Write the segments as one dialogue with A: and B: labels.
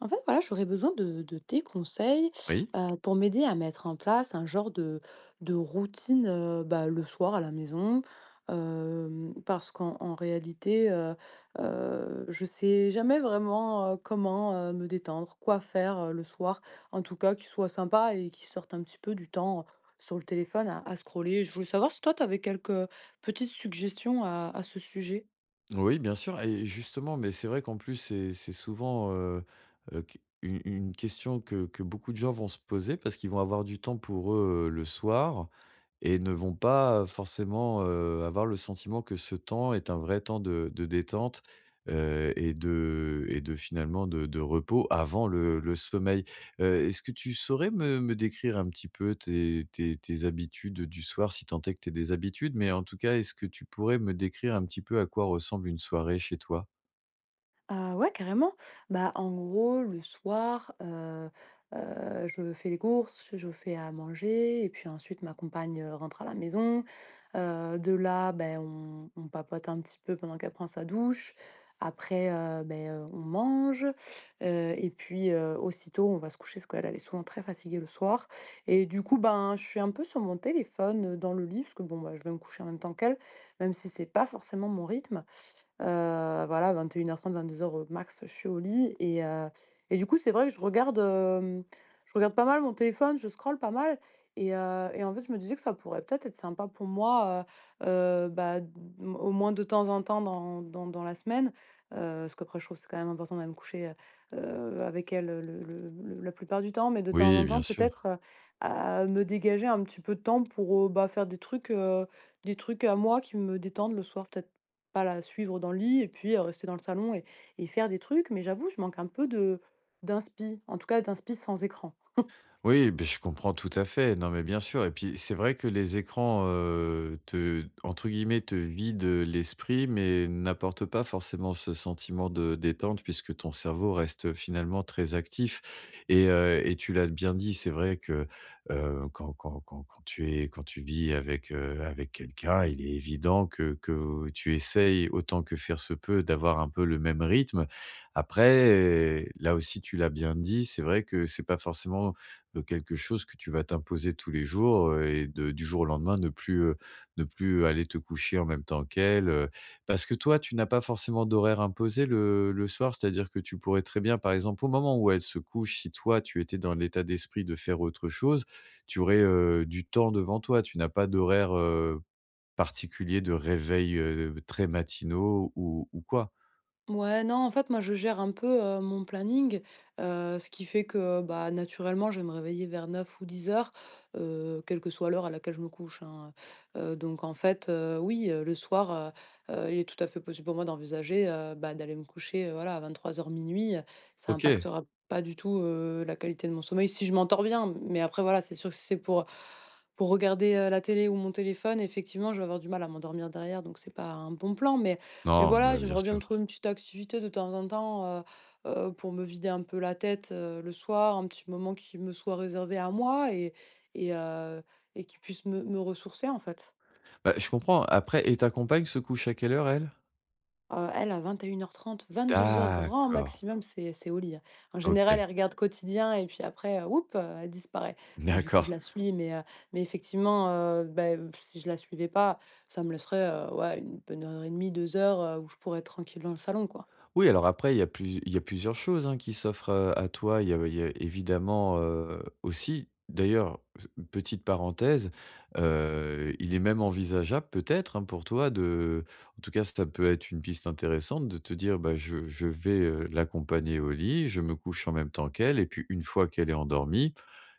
A: En fait, voilà, j'aurais besoin de tes conseils
B: Oui.
A: pour m'aider à mettre en place un genre de routine bah, le soir à la maison. Parce qu'en en réalité, je sais jamais vraiment comment me détendre, quoi faire le soir, en tout cas, qui soit sympa et qui sorte un petit peu du temps sur le téléphone à scroller. Je voulais savoir si toi, tu avais quelques petites suggestions à ce sujet.
B: Oui, bien sûr. Et justement, mais c'est vrai qu'en plus, c'est souvent, q une question que beaucoup de gens vont se poser parce qu'ils vont avoir du temps pour eux, le soir et ne vont pas forcément, avoir le sentiment que ce temps est un vrai temps de détente, et de finalement de repos avant le sommeil. Est-ce que tu saurais me décrire un petit peu tes habitudes du soir, si tant est que tu des habitudes? Mais en tout cas, est-ce que tu pourrais me décrire un petit peu à quoi ressemble une soirée chez toi?
A: Ah ouais, carrément. Bah, en gros, le soir, je fais les courses, je fais à manger et puis ensuite ma compagne, rentre à la maison. De là, ben, on papote un petit peu pendant qu'elle prend sa douche. Après, beh, on mange, et puis, aussitôt on va se coucher parce qu'elle, elle est souvent très fatiguée le soir et du coup, ben, je suis un peu sur mon téléphone, dans le lit parce que bon, bah, je vais me coucher en même temps qu'elle, même si c'est pas forcément mon rythme. Voilà, 21h30, 22h au max, je suis au lit et du coup, c'est vrai que je regarde pas mal mon téléphone, je scrolle pas mal et en fait, je me disais que ça pourrait peut-être être sympa pour moi, bah, d m au moins de temps en temps dans la semaine, heu, parce qu'après je trouve que c'est quand même important d'aller me coucher, avec elle, le la plupart du temps, mais de temps
B: Oui,
A: en temps
B: bien
A: peut-être,
B: sûr.
A: à me dégager un petit peu de temps pour, bah, faire des trucs à moi qui me détendent le soir peut-être pas la suivre dans le lit et puis, rester dans le salon et faire des trucs. Mais j'avoue, je manque un peu de d'inspi, en tout cas d'inspi sans écran.
B: Oui, beh, je comprends tout à fait. Non, mais bien sûr. Et puis c'est vrai que les écrans, te entre guillemets «te vident, l'esprit» mais n'apportent pas forcément ce sentiment de détente puisque ton cerveau reste, finalement très actif. Et et tu l'as bien dit, c'est vrai que, heu, quand tu es quand tu vis avec, avec quelqu'un, il est évident que tu essayes autant que faire se peut d'avoir un peu le même rythme. Après, là aussi tu l'as bien dit, c'est vrai que c'est pas forcément quelque chose que tu vas t'imposer tous les jours, et de du jour au lendemain ne plus, ne plus aller te coucher en même temps qu'elle, parce que toi, tu n'as pas forcément d'horaire imposé le soir? C'est-à-dire que tu pourrais très bien, par exemple, au moment où elle se couche, si toi, tu étais dans l'état d'esprit de faire autre chose, tu aurais, du temps devant toi. Tu n'as pas d'horaire, particulier de réveil, très matinaux ou quoi?
A: Ouais, non, en fait, moi, je gère un peu, mon planning, ce qui fait que, bah, naturellement, je vais me réveiller vers 9h ou 10h, quelle que soit l'heure à laquelle je me couche, hein, donc en fait, oui, le soir, il est tout à fait possible pour moi d'envisager, bah, d'aller me coucher, voilà, à 23h minuit, ça
B: OK.
A: impactera pas du tout, la qualité de mon sommeil si je m'endors bien, mais après, voilà, c'est sûr que si c'est pour regarder, la télé ou mon téléphone, effectivement, je vais avoir du mal à m'endormir derrière, donc c'est pas un bon plan, mais
B: Non,
A: voilà,
B: bah, bien
A: j'aimerais bien me
B: sûr.
A: trouver une petite activité de temps en temps, pour me vider un peu la tête, le soir, un petit moment qui me soit réservé à moi et heu et qui puisse me ressourcer, en fait.
B: Bah, je comprends. Après et ta compagne se couche à quelle heure, elle?
A: Elle, à 21h30, 22h grand
B: D'accord.
A: maximum, c'est au lit, hein. En général,
B: OK,
A: elle regarde Quotidien et puis après, oups, elle disparaît. Donc du coup, je
B: d'accord.
A: la suis, mais effectivement, beh, si je la suivais pas, ça me laisserait, ouais, une bonne heure et demie, 2 heures, où je pourrais être tranquille dans le salon, quoi.
B: Oui, alors après, il y a plusieurs choses, hein, qui s'offrent, à toi. Il y a évidemment, aussi d'ailleurs, s petite parenthèse, il est même envisageable peut-être, hein, pour toi de en tout cas, ça peut être une piste intéressante de te dire: «Bah, je vais, l'accompagner au lit, je me couche en même temps qu'elle et puis une fois qu'elle est endormie,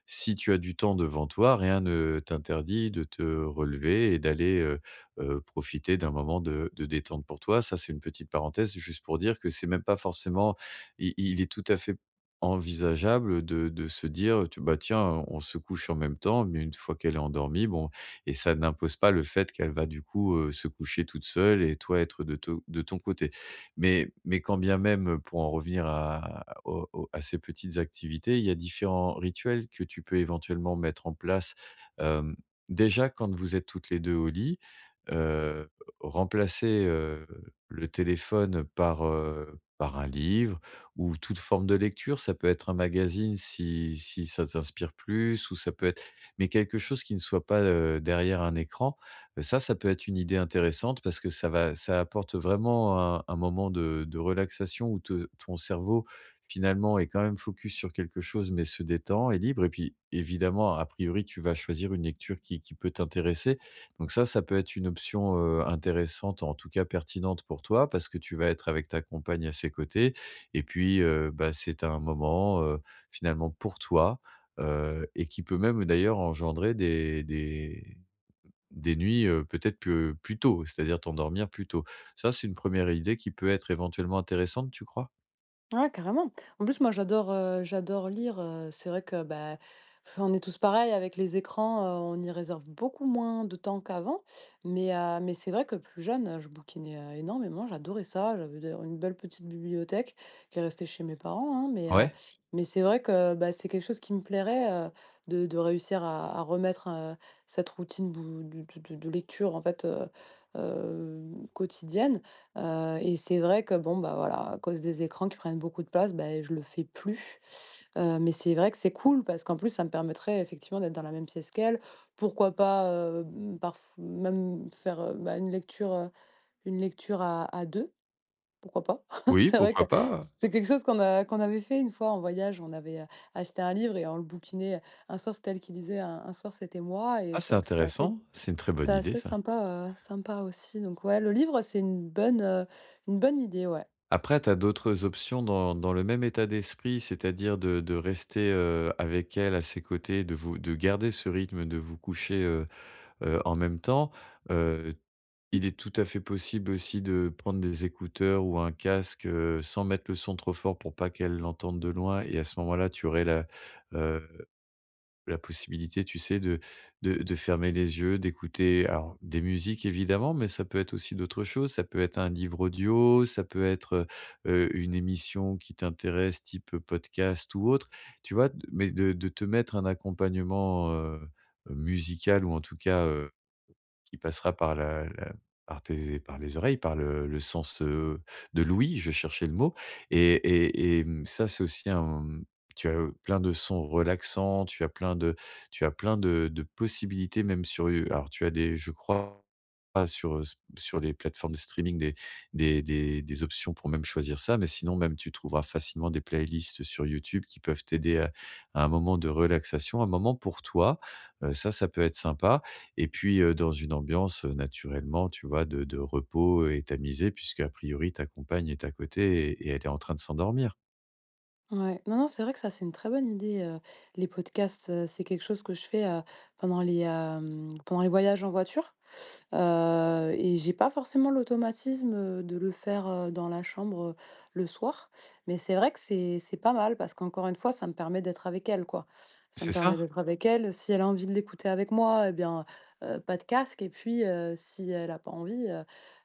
B: si tu as du temps devant toi, rien ne t'interdit de te relever et d'aller, profiter d'un moment de détente pour toi. Ça, c'est une petite parenthèse juste pour dire que c'est même pas forcément i il est tout à fait envisageable de se dire, bah, tiens, on se couche en même temps, mais une fois qu'elle est endormie, bon et ça n'impose pas le fait qu'elle va du coup, se coucher toute seule et toi être de ton côté. Mais quand bien même, pour en revenir à au à ces petites activités, il y a différents rituels que tu peux éventuellement mettre en place, hem, déjà quand vous êtes toutes les 2 au lit, Heu, remplacer, le téléphone par, par un livre ou toute forme de lecture. Ça peut être un magazine si ça t'inspire plus ou ça peut être mais quelque chose qui ne soit pas, derrière un écran. Ça, ça peut être une idée intéressante parce que ça apporte vraiment un moment de relaxation où te ton cerveau, finalement, est quand même focus sur quelque chose mais se détend, est libre et puis, évidemment, a priori, tu vas choisir une lecture qui peut t'intéresser. Donc ça peut être une option, intéressante, en tout cas pertinente pour toi, parce que tu vas être avec ta compagne à ses côtés et puis, bah, c'est un moment, finalement pour toi, et qui peut même d'ailleurs engendrer des des nuits, peut-être plus tôt, c'est-à-dire t'endormir plus tôt. Ça, c'est une première idée qui peut être éventuellement intéressante, tu crois?
A: Ouais, carrément. En plus, moi, j'adore lire, c'est vrai que, bah, on est tous pareils avec les écrans, on y réserve beaucoup moins de temps qu'avant. Mais c'est vrai que plus jeune, je bouquinais, énormément, j'adorais ça. J'avais d'ailleurs une belle petite bibliothèque qui est restée chez mes parents, hein. Mais heu,
B: Ouais?
A: mais c'est vrai que, bah, c'est quelque chose qui me plairait, de réussir à remettre, cette routine bou de lecture, en fait, quotidienne. Et c'est vrai que bon, bah, voilà, à cause des écrans qui prennent beaucoup de place, bah, je le fais plus. Mais c'est vrai que c'est cool parce qu'en plus, ça me permettrait effectivement d'être dans la même pièce qu'elle. Pourquoi pas, mmh, parf même faire, bah, une lecture à 2, pourquoi pas?
B: Oui,
A: C'est vrai que
B: pourquoi pas?
A: c'est quelque chose qu'on avait fait une fois en voyage. On avait, acheté un livre et on le bouquinait. Un soir, c'était elle qui lisait, un soir, c'était moi et
B: Ah,
A: c'est
B: c'est
A: vrai que c'était assez
B: intéressant, c'est une très bonne idée ça.
A: sympa, sympa aussi donc ouais, le livre, c'est une bonne idée, ouais.
B: Après, tu as d'autres options dans le même état d'esprit, c'est-à-dire de rester, avec elle, à ses côtés, de garder ce rythme de vous coucher, en même temps. Heu, il est tout à fait possible aussi de prendre des écouteurs ou un casque, sans mettre le son trop fort pour pas qu'elle l'entende de loin et à ce moment-là, tu aurais la, euh, la possibilité, tu sais, de de fermer les yeux, d'écouter alors des musiques évidemment, mais ça peut être aussi d'autres choses. Ça peut être un livre audio, ça peut être, une émission qui t'intéresse type, podcast ou autre. Tu vois? Mais de te mettre un accompagnement, musical ou en tout cas, qui passera par la par tes par les oreilles, par le sens, de l'ouïe, je cherchais le mot et ça, c'est aussi un, tu as, plein de sons relaxants, tu as plein de tu as plein de possibilités même sur, alors tu as des je crois pas sur, s sur les plateformes de streaming des options pour même choisir ça, mais sinon même tu trouveras facilement des playlists sur YouTube qui peuvent t'aider à un moment de relaxation, un moment pour toi, ça, ça peut être sympa et puis, dans une ambiance, naturellement, tu vois, de repos et tamisée puisque a priori ta compagne est à côté et elle est en train de s'endormir.
A: Ouais. Non, non, c'est vrai que ça, c'est une très bonne idée, les podcasts, c'est quelque chose que je fais, pendant les voyages en voiture, et j'ai pas forcément l'automatisme, de le faire, dans la chambre, le soir mais c'est vrai que c'est pas mal parce qu'encore une fois, ça me permet d'être avec elle, quoi. Ça me
B: C'est
A: permet
B: ça?
A: d'être avec elle. Si elle a envie de l'écouter avec moi et bien, pas de casque et puis, si elle a pas envie,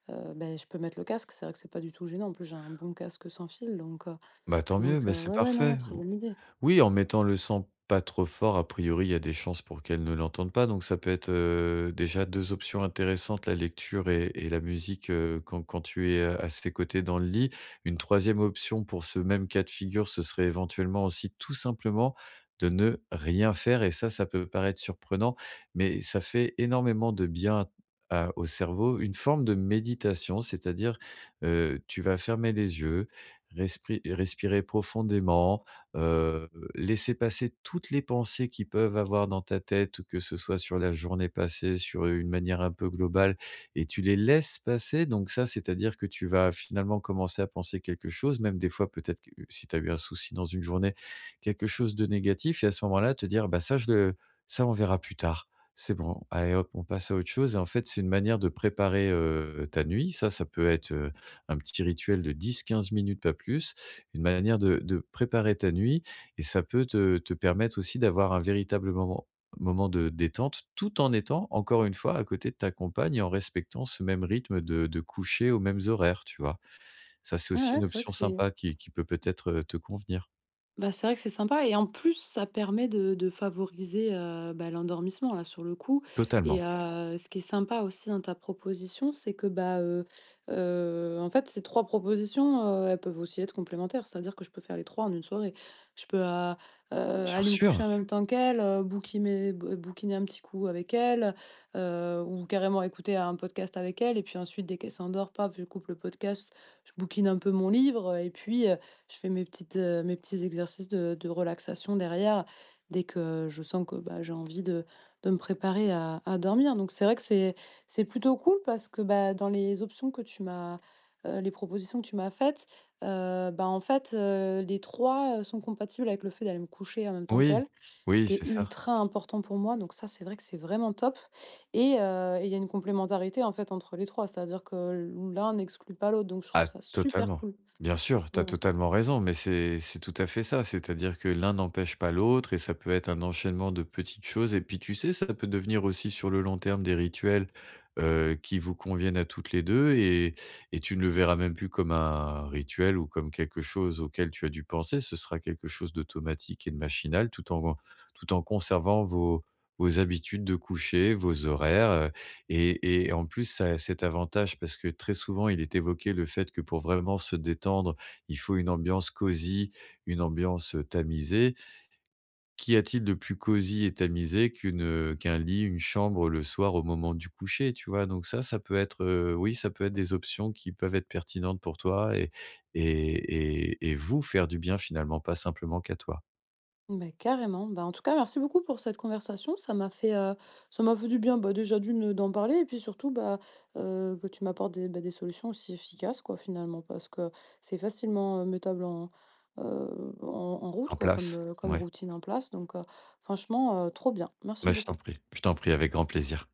A: Beh, je peux mettre le casque, c'est vrai que c'est pas du tout gênant. En plus, j'ai un bon casque sans fil donc
B: Bah, tant mieux, mais c'est
A: ouais, ouais, non, non,
B: parfait.
A: très bonne idée.
B: Oui, en mettant le son pas trop fort, a priori, il y a des chances pour qu'elle ne l'entende pas. Donc ça peut être, déjà 2 options intéressantes, la lecture et la musique, heu, quand tu es, à ses côtés dans le lit. Une troisième option pour ce même cas de figure, ce serait éventuellement aussi tout simplement de ne rien faire et ça peut paraître surprenant, mais ça fait énormément de bien à au cerveau. Une forme de méditation, c'est-à-dire, tu vas fermer les yeux, respri respirer profondément, heu, laisser passer toutes les pensées qui peuvent avoir dans ta tête, que ce soit sur la journée passée, sur une manière un peu globale et tu les laisses passer donc ça, c'est-à-dire que tu vas finalement commencer à penser quelque chose, même des fois peut-être que si tu as eu un souci dans une journée, quelque chose de négatif et à ce moment-là te dire: «Bah ça je le ça on verra plus tard. C'est bon, allez hop, on passe à autre chose» et en fait, c'est une manière de préparer, ta nuit. Ça peut être, un petit rituel de 10, 15 minutes, pas plus, une manière de préparer ta nuit et ça peut te permettre aussi d'avoir un véritable moment moment de détente, tout en étant, encore une fois, à côté de ta compagne et en respectant ce même rythme de coucher aux mêmes horaires, tu vois? Ça, c'est
A: Ouais,
B: aussi
A: ouais.
B: une
A: c'est vrai que
B: option
A: c'est
B: sympa qui peut peut-être, te convenir.
A: Bah, c'est vrai que c'est sympa et en plus, ça permet de favoriser, bah, l'endormissement là, sur le coup et
B: Totalement.
A: heu, ce qui est sympa aussi dans ta proposition, c'est que, bah, en fait, ces 3 propositions, elles peuvent aussi être complémentaires. C'est-à-dire que je peux faire les 3 en une soirée. Je peux, heu,
B: Bien
A: aller me coucher
B: sûr!
A: en même temps qu'elle, bouquiner un petit coup avec elle, ou carrément écouter un podcast avec elle et puis ensuite dès qu'elle s'endort, pas je coupe le podcast, je bouquine un peu mon livre et puis, je fais mes petits exercices de relaxation derrière, dès que je sens que, bah, j'ai envie de me préparer à dormir. Donc c'est vrai que c'est plutôt cool parce que, bah, dans les options que tu m'as, les propositions que tu m'as faites, bah, en fait, les 3 sont compatibles avec le fait d'aller me coucher en même temps qu'elles,
B: Oui,
A: ce
B: oui,
A: qui est
B: c'est ça.
A: ultra important pour moi. Donc ça, c'est vrai que c'est vraiment top et il y a une complémentarité, en fait, entre les trois. C'est-à-dire que l'un n'exclut pas l'autre, donc je trouve
B: Ah
A: ça super
B: totalement.
A: cool.
B: Bien sûr, tu as totalement raison, mais c'est tout à fait ça. C'est-à-dire que l'un n'empêche pas l'autre et ça peut être un enchaînement de petites choses. Et puis tu sais, ça peut devenir aussi sur le long terme des rituels, qui vous conviennent à toutes les 2. Et tu ne le verras même plus comme un rituel ou comme quelque chose auquel tu as dû penser. Ce sera quelque chose d'automatique et de machinal tout en conservant vos vos habitudes de coucher, vos horaires, et en plus, ça a cet avantage parce que très souvent, il est évoqué le fait que pour vraiment se détendre, il faut une ambiance cosy, une ambiance, tamisée. Qu'y a-t-il de plus cosy et tamisé qu'une, qu'un lit, une chambre le soir au moment du coucher, tu vois? Donc ça peut être, oui, ça peut être des options qui peuvent être pertinentes pour toi et vous faire du bien finalement, pas simplement qu'à toi.
A: Bah carrément. Bah, en tout cas, merci beaucoup pour cette conversation. Ça m'a fait du bien, bah, déjà d'une, d'en parler et puis surtout, bah, que tu m'apportes bah, des solutions aussi efficaces quoi, finalement. Parce que c'est facilement, mettable heu, en en route
B: En
A: quoi, comme,
B: place?
A: heu, comme
B: Ouais.
A: routine en place donc franchement, trop bien. Merci
B: Bah,
A: beaucoup.
B: je t'en prie avec grand plaisir.